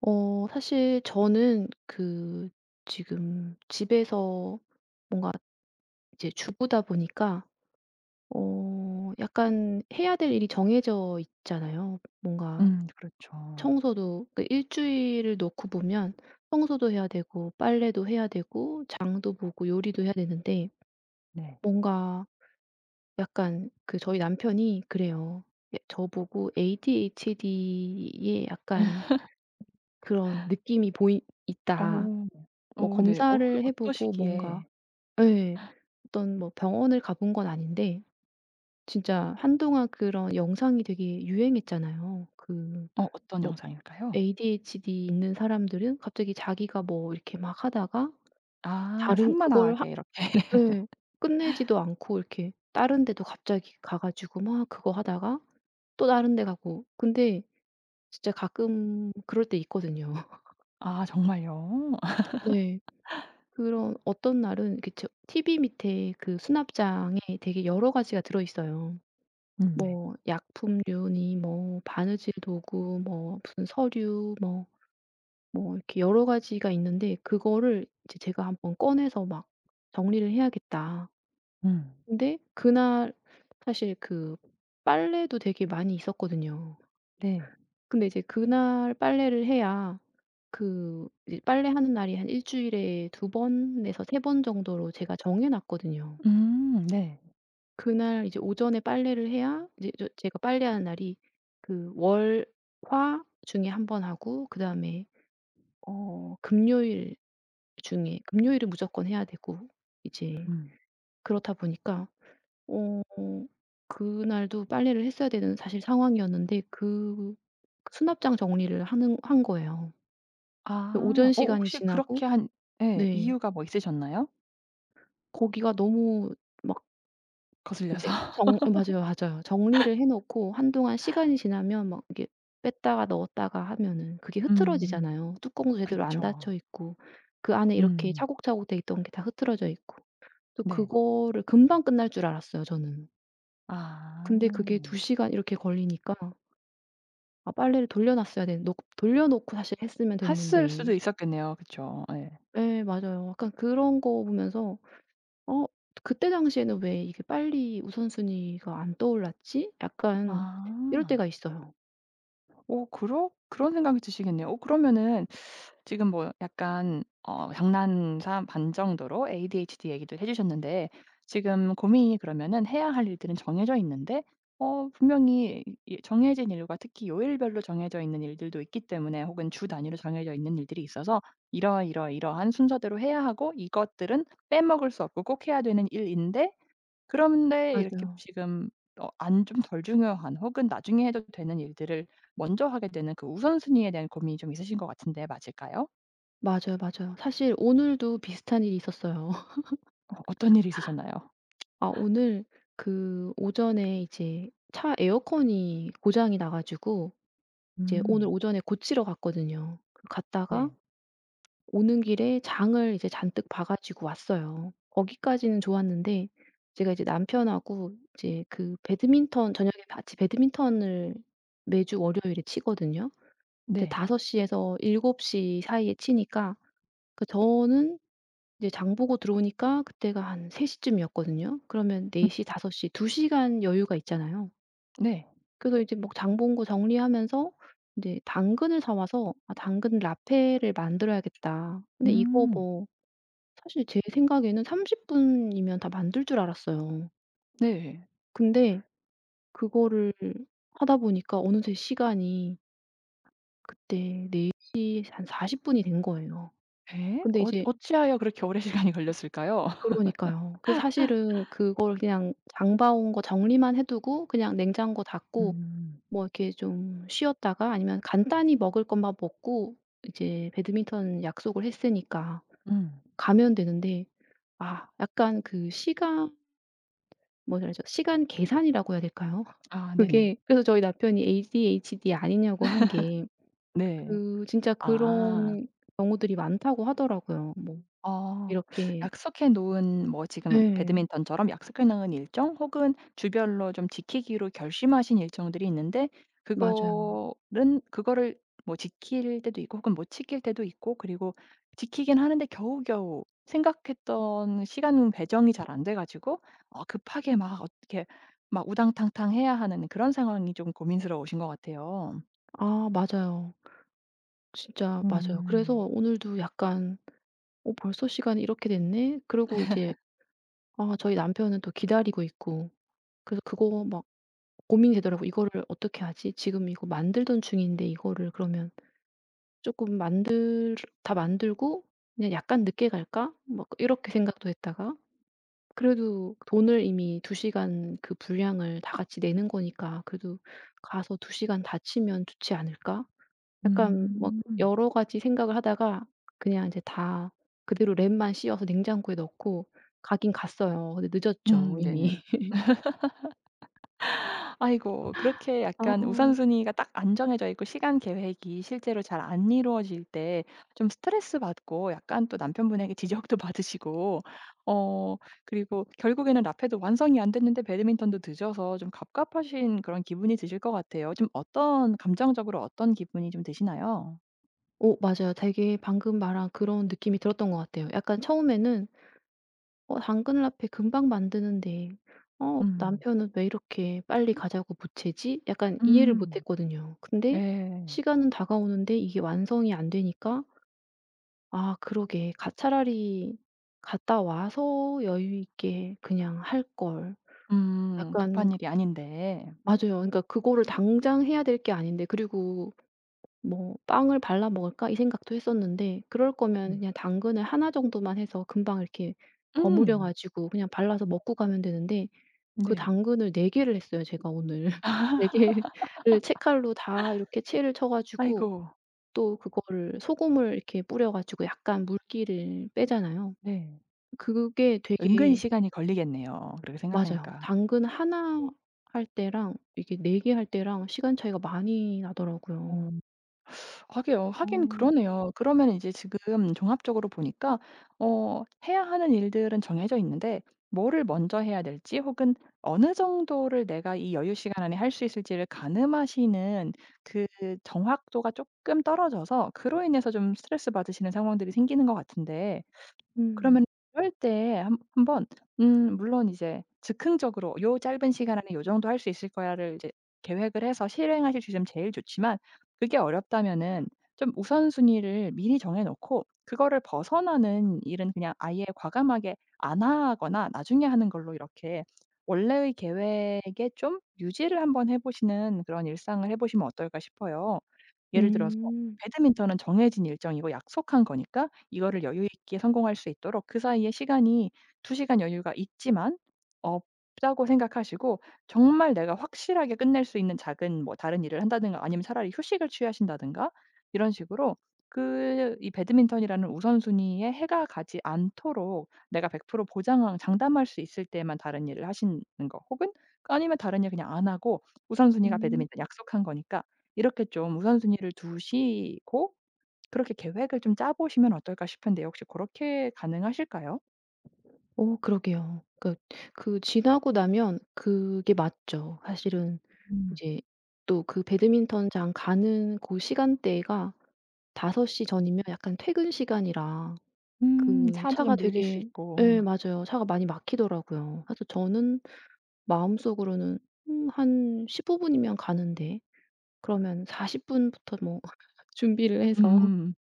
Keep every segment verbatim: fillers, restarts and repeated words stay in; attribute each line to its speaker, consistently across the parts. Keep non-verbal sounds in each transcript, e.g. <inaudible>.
Speaker 1: 어 사실 저는 그 지금 집에서 뭔가 이제 주부다 보니까 어 약간 해야 될 일이 정해져 있잖아요. 뭔가
Speaker 2: 음 그렇죠.
Speaker 1: 청소도 그 주일을 놓고 보면 청소도 해야 되고, 빨래도 해야 되고, 장도 보고, 요리도 해야 되는데
Speaker 2: 네.
Speaker 1: 뭔가 약간 그 저희 남편이 그래요. 예, 저보고 "에이디에이치디의 약간 그런 느낌이 보이
Speaker 2: 어.
Speaker 1: 있다." 뭐
Speaker 2: 어 네. 어
Speaker 1: 검사를 해 보고, 뭔가,
Speaker 2: 어떠시기에.
Speaker 1: 예. 어떤 뭐 병원을 가본 건 아닌데 진짜 한동안 그런 영상이 되게 유행했잖아요. 그
Speaker 2: 어 어떤
Speaker 1: 뭐
Speaker 2: 영상일까요?
Speaker 1: 에이디에이치디 있는 사람들은 갑자기 자기가 뭐 이렇게 막 하다가
Speaker 2: 아,
Speaker 1: 다른 그걸 하
Speaker 2: 산만하게 이렇게. <laughs>
Speaker 1: 예. 끝내지도 않고 이렇게 다른 데도 갑자기 가 가지고 막 그거 하다가 또 다른 데 가고. 근데 진짜 가끔 그럴 때 있거든요. <laughs>
Speaker 2: 아, 정말요? <laughs>
Speaker 1: 네. 그런 어떤 날은 이렇게 저 티비 밑에 그 수납장에 되게 여러 가지가 들어 있어요.
Speaker 2: 음 네.
Speaker 1: 뭐 약품류니, 뭐 바느질 도구, 뭐 무슨 서류, 뭐 뭐 이렇게 여러 가지가 있는데, 그거를 이제 제가 한번 꺼내서 막 '정리를 해야겠다.'
Speaker 2: 음.
Speaker 1: 근데 그날 사실 그 빨래도 되게 많이 있었거든요.
Speaker 2: 네.
Speaker 1: 근데 이제 그날 빨래를 해야, 그 이제 빨래하는 날이 한 일 주일에 두 번에서 세 번 정도로 제가 정해 놨거든요.
Speaker 2: 음 네.
Speaker 1: 그날 이제 오전에 빨래를 해야, 이제 저 제가 빨래하는 날이 그 월, 화 중에 한 번 하고, 그다음에 어 금요일 중에 금요일은 무조건 해야 되고 이제
Speaker 2: 음.
Speaker 1: 그렇다 보니까 어 그날도 빨래를 했어야 되는 사실 상황이었는데, 그 수납장 정리를 하는 한 거예요. 그
Speaker 2: 아.
Speaker 1: 오전
Speaker 2: 어
Speaker 1: 시간이
Speaker 2: 혹시
Speaker 1: 지나고.
Speaker 2: 그렇게 한 예,
Speaker 1: 네.
Speaker 2: 이유가 뭐 있으셨나요?
Speaker 1: 거기가 너무 막
Speaker 2: 거슬려서?
Speaker 1: 이제 정 예, 맞아요, 맞아요. 정리를 해 놓고 한동안 시간이 지나면 막 이게 뺐다가 넣었다가 하면은 그게
Speaker 2: <laughs> 음.
Speaker 1: 흐트러지잖아요. 뚜껑도 제대로 안
Speaker 2: 그쵸.
Speaker 1: 닫혀 있고, 그 안에 이렇게
Speaker 2: 음.
Speaker 1: 차곡차곡 돼 있던 게 다 흐트러져 있고. 또
Speaker 2: 네.
Speaker 1: 그거를 금방 끝날 줄 알았어요 저는.
Speaker 2: 아.
Speaker 1: 근데 그게 두 시간 이렇게 걸리니까, 아, 빨래를 돌려 놨어야 되는, 놓 돌려 놓고 사실 했으면
Speaker 2: 했을 수도
Speaker 1: 됐는데.
Speaker 2: 있었겠네요. 그쵸. 예.
Speaker 1: 예, 맞아요. 약간 그런 거 보면서 어 그때 당시에는 '왜 이게 빨리 우선순위가 안 떠올랐지?' 약간 이럴
Speaker 2: 아.
Speaker 1: 때가 있어요.
Speaker 2: 오, 그러 그런 생각이 드시겠네요. 오, 그러면은 지금 뭐 약간 어 장난사 반 정도로 에이디에이치디 얘기도 해 주셨는데, 지금 고민이, 그러면은 해야 할 일들은 정해져 있는데, 어 분명히 이 이 정해진 일과, 특히 요일별로 정해져 있는 일들도 있기 때문에, 혹은 주 단위로 정해져 있는 일들이 있어서, 이러이러이러한 순서대로 해야 하고, 이것들은 빼먹을 수 없고 꼭 해야 되는 일인데, 그런데 이렇게
Speaker 1: 맞아요.
Speaker 2: 지금, 어 안 좀 덜 중요한 혹은 나중에 해도 되는 일들을 먼저 하게 되는, 그 우선순위에 대한 고민이 좀 있으신 것 같은데 맞을까요?
Speaker 1: 맞아요, 맞아요. 사실 오늘도 비슷한 일이 있었어요. <laughs>
Speaker 2: 어 어떤 일이 있으셨나요?
Speaker 1: 아 오늘 그 오전에 이제 차 에어컨이 고장이 나 가지고 이제 오늘
Speaker 2: 음.
Speaker 1: 오전에 고치러 갔거든요. 그 갔다가
Speaker 2: 네.
Speaker 1: 오는 길에 장을 이제 잔뜩 봐 가지고 왔어요. 거기까지는 좋았는데, 제가 이제 남편하고 이제 그 배드민턴, 저녁에 같이 배드민턴을 매주 월요일에 치거든요. 이제
Speaker 2: 네.
Speaker 1: 다섯 시에서 일곱 시 사이에 치니까, 그 저는 이제 장 보고 들어오니까 그때가 한 세 시쯤이었거든요. 그러면 네
Speaker 2: 음
Speaker 1: 시, 다섯 시, 두 시간 여유가 있잖아요.
Speaker 2: 네.
Speaker 1: 그래서 이제 막 장 본 거 정리하면서 인제 당근을 사 와서 '아 당근 라페를 만들어야겠다.' 근데 이거
Speaker 2: 음.
Speaker 1: 뭐 사실 제 생각에는 삼십 분이면 다 만들 줄 알았어요.
Speaker 2: 네.
Speaker 1: 근데 그거를 하다 보니까 어느새 시간이, 그때 네 시에 한 사십 분이 된 거예요.
Speaker 2: 예?
Speaker 1: 근데
Speaker 2: 어
Speaker 1: 이제
Speaker 2: 어찌하여 그렇게 오랜 시간이 걸렸을까요? <laughs>
Speaker 1: 그러니까요. 그 사실은 그걸 그냥 장봐온 거 정리만 해 두고 그냥 냉장고 닫고
Speaker 2: 음.
Speaker 1: 뭐 이렇게 좀 쉬었다가, 아니면 간단히 먹을 것만 먹고 이제 배드민턴 약속을 했으니까
Speaker 2: 음.
Speaker 1: 가면 되는데, 아 약간 그 시간, 뭐라 죠, 시간 계산이라고 해야 될까요? <laughs>
Speaker 2: 아, 네네.
Speaker 1: 그게 그래서 저희 남편이 에이디에이치디 아니냐고 한 게,
Speaker 2: 네.
Speaker 1: 그 진짜
Speaker 2: 아.
Speaker 1: 그런 경우들이 많다고 하더라고요. 뭐
Speaker 2: 아.
Speaker 1: 이렇게.
Speaker 2: 약속해 놓은, 뭐 지금
Speaker 1: 네.
Speaker 2: 배드민턴처럼 약속해 놓은 일정, 혹은 주별로 좀 지키기로 결심하신 일정들이 있는데,
Speaker 1: 맞아요.
Speaker 2: 그거는 그거를 뭐 지킬 때도 있고 혹은 못 지킬 때도 있고, 그리고 지키긴 하는데 겨우겨우 생각했던 시간 배정이 잘 안 돼 가지고 어 급하게 막 어떻게 막 우당탕탕 해야 하는 그런 상황이 좀 고민스러우신 것 같아요.
Speaker 1: 아, 맞아요. 진짜 맞아요. 그래서
Speaker 2: 음.
Speaker 1: 오늘도 약간 '어 벌써 시간이 이렇게 됐네?' 그리고 이제 아 저희 남편은 또 기다리고 있고, 그래서 그거 막 고민이 되더라고요. '이거를 어떻게 하지? 지금 이거 만들던 중인데, 이거를 그러면' 조금 만들 다 만들고 '그냥 약간 늦게 갈까?' 뭐 이렇게 생각도 했다가, 그래도 돈을 이미 두 시간, 그 분량을 다 같이 내는 거니까 '그래도 가서 두 시간 다치면 좋지 않을까?' 약간 막
Speaker 2: 음.
Speaker 1: 여러 가지 생각을 하다가 그냥 이제 다 그대로 랩만 씌워서 냉장고에 넣고 가긴 갔어요. 근데 늦었죠
Speaker 2: 음
Speaker 1: 이미.
Speaker 2: 네네.
Speaker 1: <laughs>
Speaker 2: 아이고, 그렇게
Speaker 1: 아.
Speaker 2: 약간 우선순위가 딱 안정해져 있고 시간 계획이 실제로 잘 안 이루어질 때 좀 스트레스 받고, 약간 또 남편분에게 <laughs> 지적도 받으시고 어 그리고 결국에는 라페도 완성이 안 됐는데 배드민턴도 늦어서 좀 갑갑하신 그런 기분이 드실 것 같아요. 좀 어떤, 감정적으로 어떤 기분이 좀 드시나요?
Speaker 1: 어, 맞아요. 되게 방금 말한 그런 느낌이 들었던 것 같아요. 약간 처음에는 어 당근 라페 금방 만드는데, 어
Speaker 2: 음.
Speaker 1: 남편은 '왜 이렇게 빨리 가자고 보채지?' 약간 이해를
Speaker 2: 음.
Speaker 1: 못했거든요. 근데
Speaker 2: 네.
Speaker 1: 시간은 다가오는데 이게 완성이 안 되니까 '아 그러게. 가 차라리 갔다 와서 여유 있게 그냥 할걸.'
Speaker 2: 음.
Speaker 1: 약간.
Speaker 2: 급한 일이 아닌데.
Speaker 1: 맞아요. 그러니까 그거를 당장 해야 될 게 아닌데, 그리고 뭐 '빵을 발라 먹을까?' 이 생각도 했었는데, 그럴 거면
Speaker 2: 음.
Speaker 1: 그냥 당근을 하나 정도만 해서 금방 이렇게 버무려
Speaker 2: 음.
Speaker 1: 가지고 그냥 발라서 먹고 가면 되는데. 그
Speaker 2: 네.
Speaker 1: 당근을 네 개를 했어요 제가 오늘. <laughs> 네 개를 채칼로 다 이렇게 채를 쳐
Speaker 2: 아이고.
Speaker 1: 가지고, 또 그거를 소금을 이렇게 뿌려 가지고 약간 물기를 빼잖아요.
Speaker 2: 네.
Speaker 1: 그게
Speaker 2: 은근히
Speaker 1: 되게.
Speaker 2: 시간이 걸리겠네요, 그렇게
Speaker 1: 맞아요.
Speaker 2: 생각하니까.
Speaker 1: 당근 하나 할 때랑 이게 네 개 할 때랑 시간 차이가 많이
Speaker 2: 어
Speaker 1: 나더라고요.
Speaker 2: 하게요. 하긴
Speaker 1: 어.
Speaker 2: 그러네요. 그러면 이제 지금 종합적으로 보니까 어 해야 하는 일들은 정해져 있는데, 뭐를 먼저 해야 될지 혹은 어느 정도를 내가 이 여유 시간 안에 할 수 있을지를 가늠하시는 그 정확도가 조금 떨어져서, 그로 인해서 좀 스트레스 받으시는 상황들이 생기는 것 같은데, 그러면
Speaker 1: 음.
Speaker 2: 이럴 때 한 한번, 음 물론 이제 즉흥적으로 '요 짧은 시간 안에 요 정도 할 수 있을 거야.'를 이제 계획을 해서 실행하실 수 있으면 제일 좋지만, 그게 어렵다면은 좀 우선순위를 미리 정해 놓고 그거를 벗어나는 일은 그냥 아예 과감하게 안 하거나 나중에 하는 걸로, 이렇게 원래의 계획에 좀 유지를 한번 해 보시는 그런 일상을 해 보시면 어떨까 싶어요. 예를 들어서,
Speaker 1: 음.
Speaker 2: 배드민턴은 정해진 일정이고 약속한 거니까 이거를 여유 있게 성공할 수 있도록, 그 사이에 시간이 두 시간 여유가 있지만 없다고 생각하시고, 정말 내가 확실하게 끝낼 수 있는 작은 뭐 다른 일을 한다든가, 아니면 차라리 휴식을 취하신다든가, 이런 식으로 그 이 배드민턴이라는 우선순위에 해가 가지 않도록 내가 백 프로 보장 장담할 수 있을 때만 다른 일을 하시는 거, 혹은 아니면 다른 일 그냥 안 하고 우선순위가
Speaker 1: 음.
Speaker 2: 배드민턴 약속한 거니까, 이렇게 좀 우선순위를 두시고 그렇게 계획을 좀 짜 보시면 어떨까 싶은데 혹시 그렇게 가능하실까요?
Speaker 1: 어, 그러게요. 그러니까 그 지나고 나면 그게 맞죠. 사실은
Speaker 2: 음.
Speaker 1: 이제 또 그 배드민턴장 가는 고 시간대가 다섯 시 전이면 약간 퇴근 시간이라
Speaker 2: 음
Speaker 1: 그
Speaker 2: 차도
Speaker 1: 차가
Speaker 2: 좀 밀릴 수
Speaker 1: 되게,
Speaker 2: 있고.
Speaker 1: 예, 맞아요. 차가 많이 막히더라고요. 그래서 저는 마음속으로는 음 한 십오 분이면 가는데, 그러면 사십 분부터, 뭐 <laughs> 준비를 해서
Speaker 2: 음.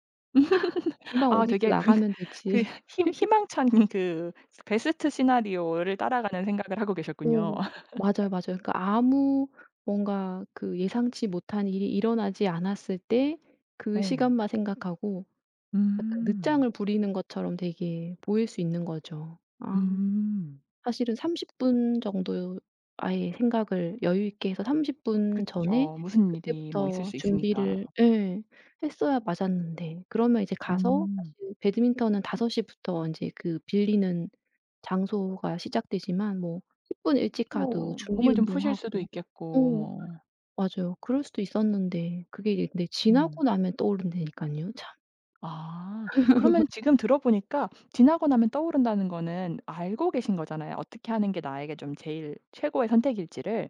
Speaker 1: 금방
Speaker 2: 아,
Speaker 1: 옷 입고
Speaker 2: 되게 그
Speaker 1: 나가면
Speaker 2: <laughs> 그
Speaker 1: 되지.
Speaker 2: 희 희망찬 그 베스트 시나리오를 따라가는 생각을 하고 계셨군요.
Speaker 1: 오, 맞아요, 맞아요. 그러니까 아무 뭔가 그 예상치 못한 일이 일어나지 않았을 때 그
Speaker 2: 네.
Speaker 1: 시간만 생각하고
Speaker 2: <laughs>
Speaker 1: 약간
Speaker 2: 음.
Speaker 1: 늦장을 부리는 것처럼 되게 보일 수 있는 거죠. 아
Speaker 2: 음.
Speaker 1: 사실은 삼십 분 정도 아예 생각을 여유 있게 해서 삼십 분 전에,
Speaker 2: 그쵸. 무슨 일이 뭐 있을
Speaker 1: 그때부터
Speaker 2: 수 있으니까.
Speaker 1: 준비를, 예, 했어야 맞았는데. 그러면 이제 가서,
Speaker 2: 음.
Speaker 1: 사실 배드민턴은 다섯 시부터 인제 그 빌리는 장소가 시작되지만, 뭐 십 분 일찍 가도
Speaker 2: 뭐
Speaker 1: 준비
Speaker 2: 몸을 좀 푸실 수도
Speaker 1: 운동하고. 어,
Speaker 2: 있겠고 뭐.
Speaker 1: 맞아요. 그럴 수도 있었는데, 그게 이제, 근데 지나고
Speaker 2: 음.
Speaker 1: 나면 떠오른다니깐요. 참.
Speaker 2: 아. 그러면 지금 들어보니까 지나고 나면 떠오른다는 거는 알고 계신 거잖아요. 어떻게 하는 게 나에게 좀 제일 최고의 선택일지를.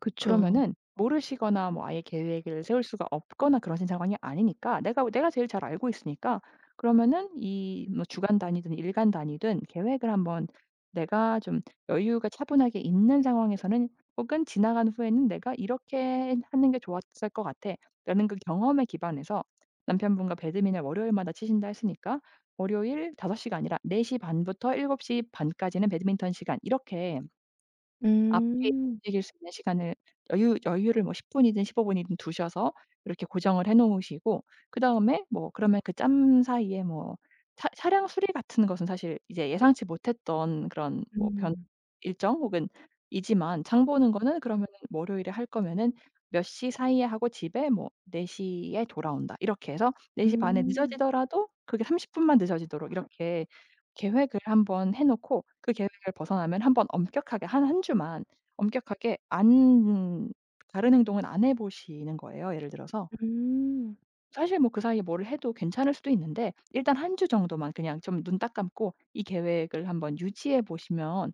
Speaker 1: 그쵸.
Speaker 2: 그러면은 모르시거나 뭐 아예 계획을 세울 수가 없거나 그러신 상황이 아니니까 내가 내가 제일 잘 알고 있으니까, 그러면은 이, 뭐 주간 단위든 일간 단위든 계획을 한번, 내가 좀 여유가 차분하게 있는 상황에서는 혹은 지나간 후에는 '내가 이렇게 하는 게 좋았을 것 같아.'라는 그 경험에 기반해서, 남편분과 배드민을 월요일마다 치신다 했으니까, 월요일 다섯 시가 아니라 네 시 반부터 일곱 시 반까지는 배드민턴 시간, 이렇게 앞뒤
Speaker 1: 음.
Speaker 2: 움직일 수 있는 시간을, 여유 여유를 뭐 십 분이든 십오 분이든 두셔서 이렇게 고정을 해 놓으시고, 그다음에 뭐 그러면 그 짬 사이에 뭐 차 차량 수리 같은 것은 사실 이제 예상치 못했던 그런 뭐 변
Speaker 1: 음.
Speaker 2: 일정 혹은 이지만, 장 보는 거는 그러면은 월요일에 할 거면은 몇 시 사이에 하고 집에 뭐 네 시에 돌아온다. 이렇게 해서 네 시 반에
Speaker 1: 음.
Speaker 2: 늦어지더라도 그게 삼십 분만 늦어지도록 이렇게 계획을 한번 해 놓고, 그 계획을 벗어나면 한번 엄격하게 한 한 주만 엄격하게 안 다른 행동은 안 해 보시는 거예요, 예를 들어서.
Speaker 1: 음.
Speaker 2: 사실 뭐 그 사이에 뭐를 해도 괜찮을 수도 있는데 일단 한 주 정도만 그냥 좀 눈 딱 감고 이 계획을 한번 유지해 보시면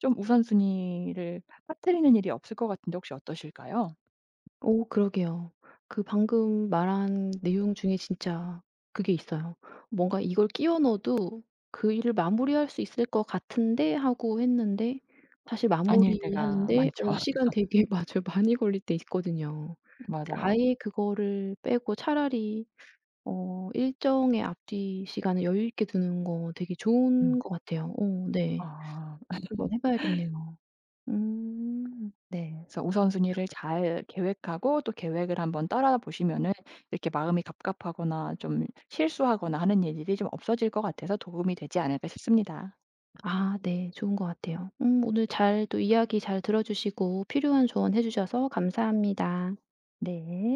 Speaker 2: 좀 우선순위를 빠뜨리는 일이 없을 것 같은데 혹시 어떠실까요?
Speaker 1: 오, 그러게요. 그 방금 말한 내용 중에 진짜 그게 있어요. 뭔가 이걸 끼워 넣어도 그 일을 마무리할 수 있을 것 같은데 하고 했는데, 사실
Speaker 2: 아닐 때가
Speaker 1: 마무리하는데,
Speaker 2: 많죠.
Speaker 1: 어
Speaker 2: <laughs>
Speaker 1: 시간 되게 <laughs> 맞아요. 많이 걸릴 때 있거든요. 근데
Speaker 2: 맞아요.
Speaker 1: 아예 그거를 빼고 차라리 어 일정의 앞뒤 시간을 여유 있게 두는 거 되게
Speaker 2: 음.
Speaker 1: 좋은 것 같아요. 어, 네.
Speaker 2: 아.
Speaker 1: 한번 해 봐야겠네요. 음.
Speaker 2: 네. 그래서 우선순위를 잘 계획하고 또 계획을 한번 따라 보시면은 이렇게 마음이 갑갑하거나 좀 실수하거나 하는 일들이 좀 없어질 것 같아서 도움이 되지 않을까 싶습니다.
Speaker 1: 아, 네. 좋은 것 같아요. 음 오늘 잘 또 이야기 잘 들어 주시고 필요한 조언 해 주셔서 감사합니다.
Speaker 2: 네.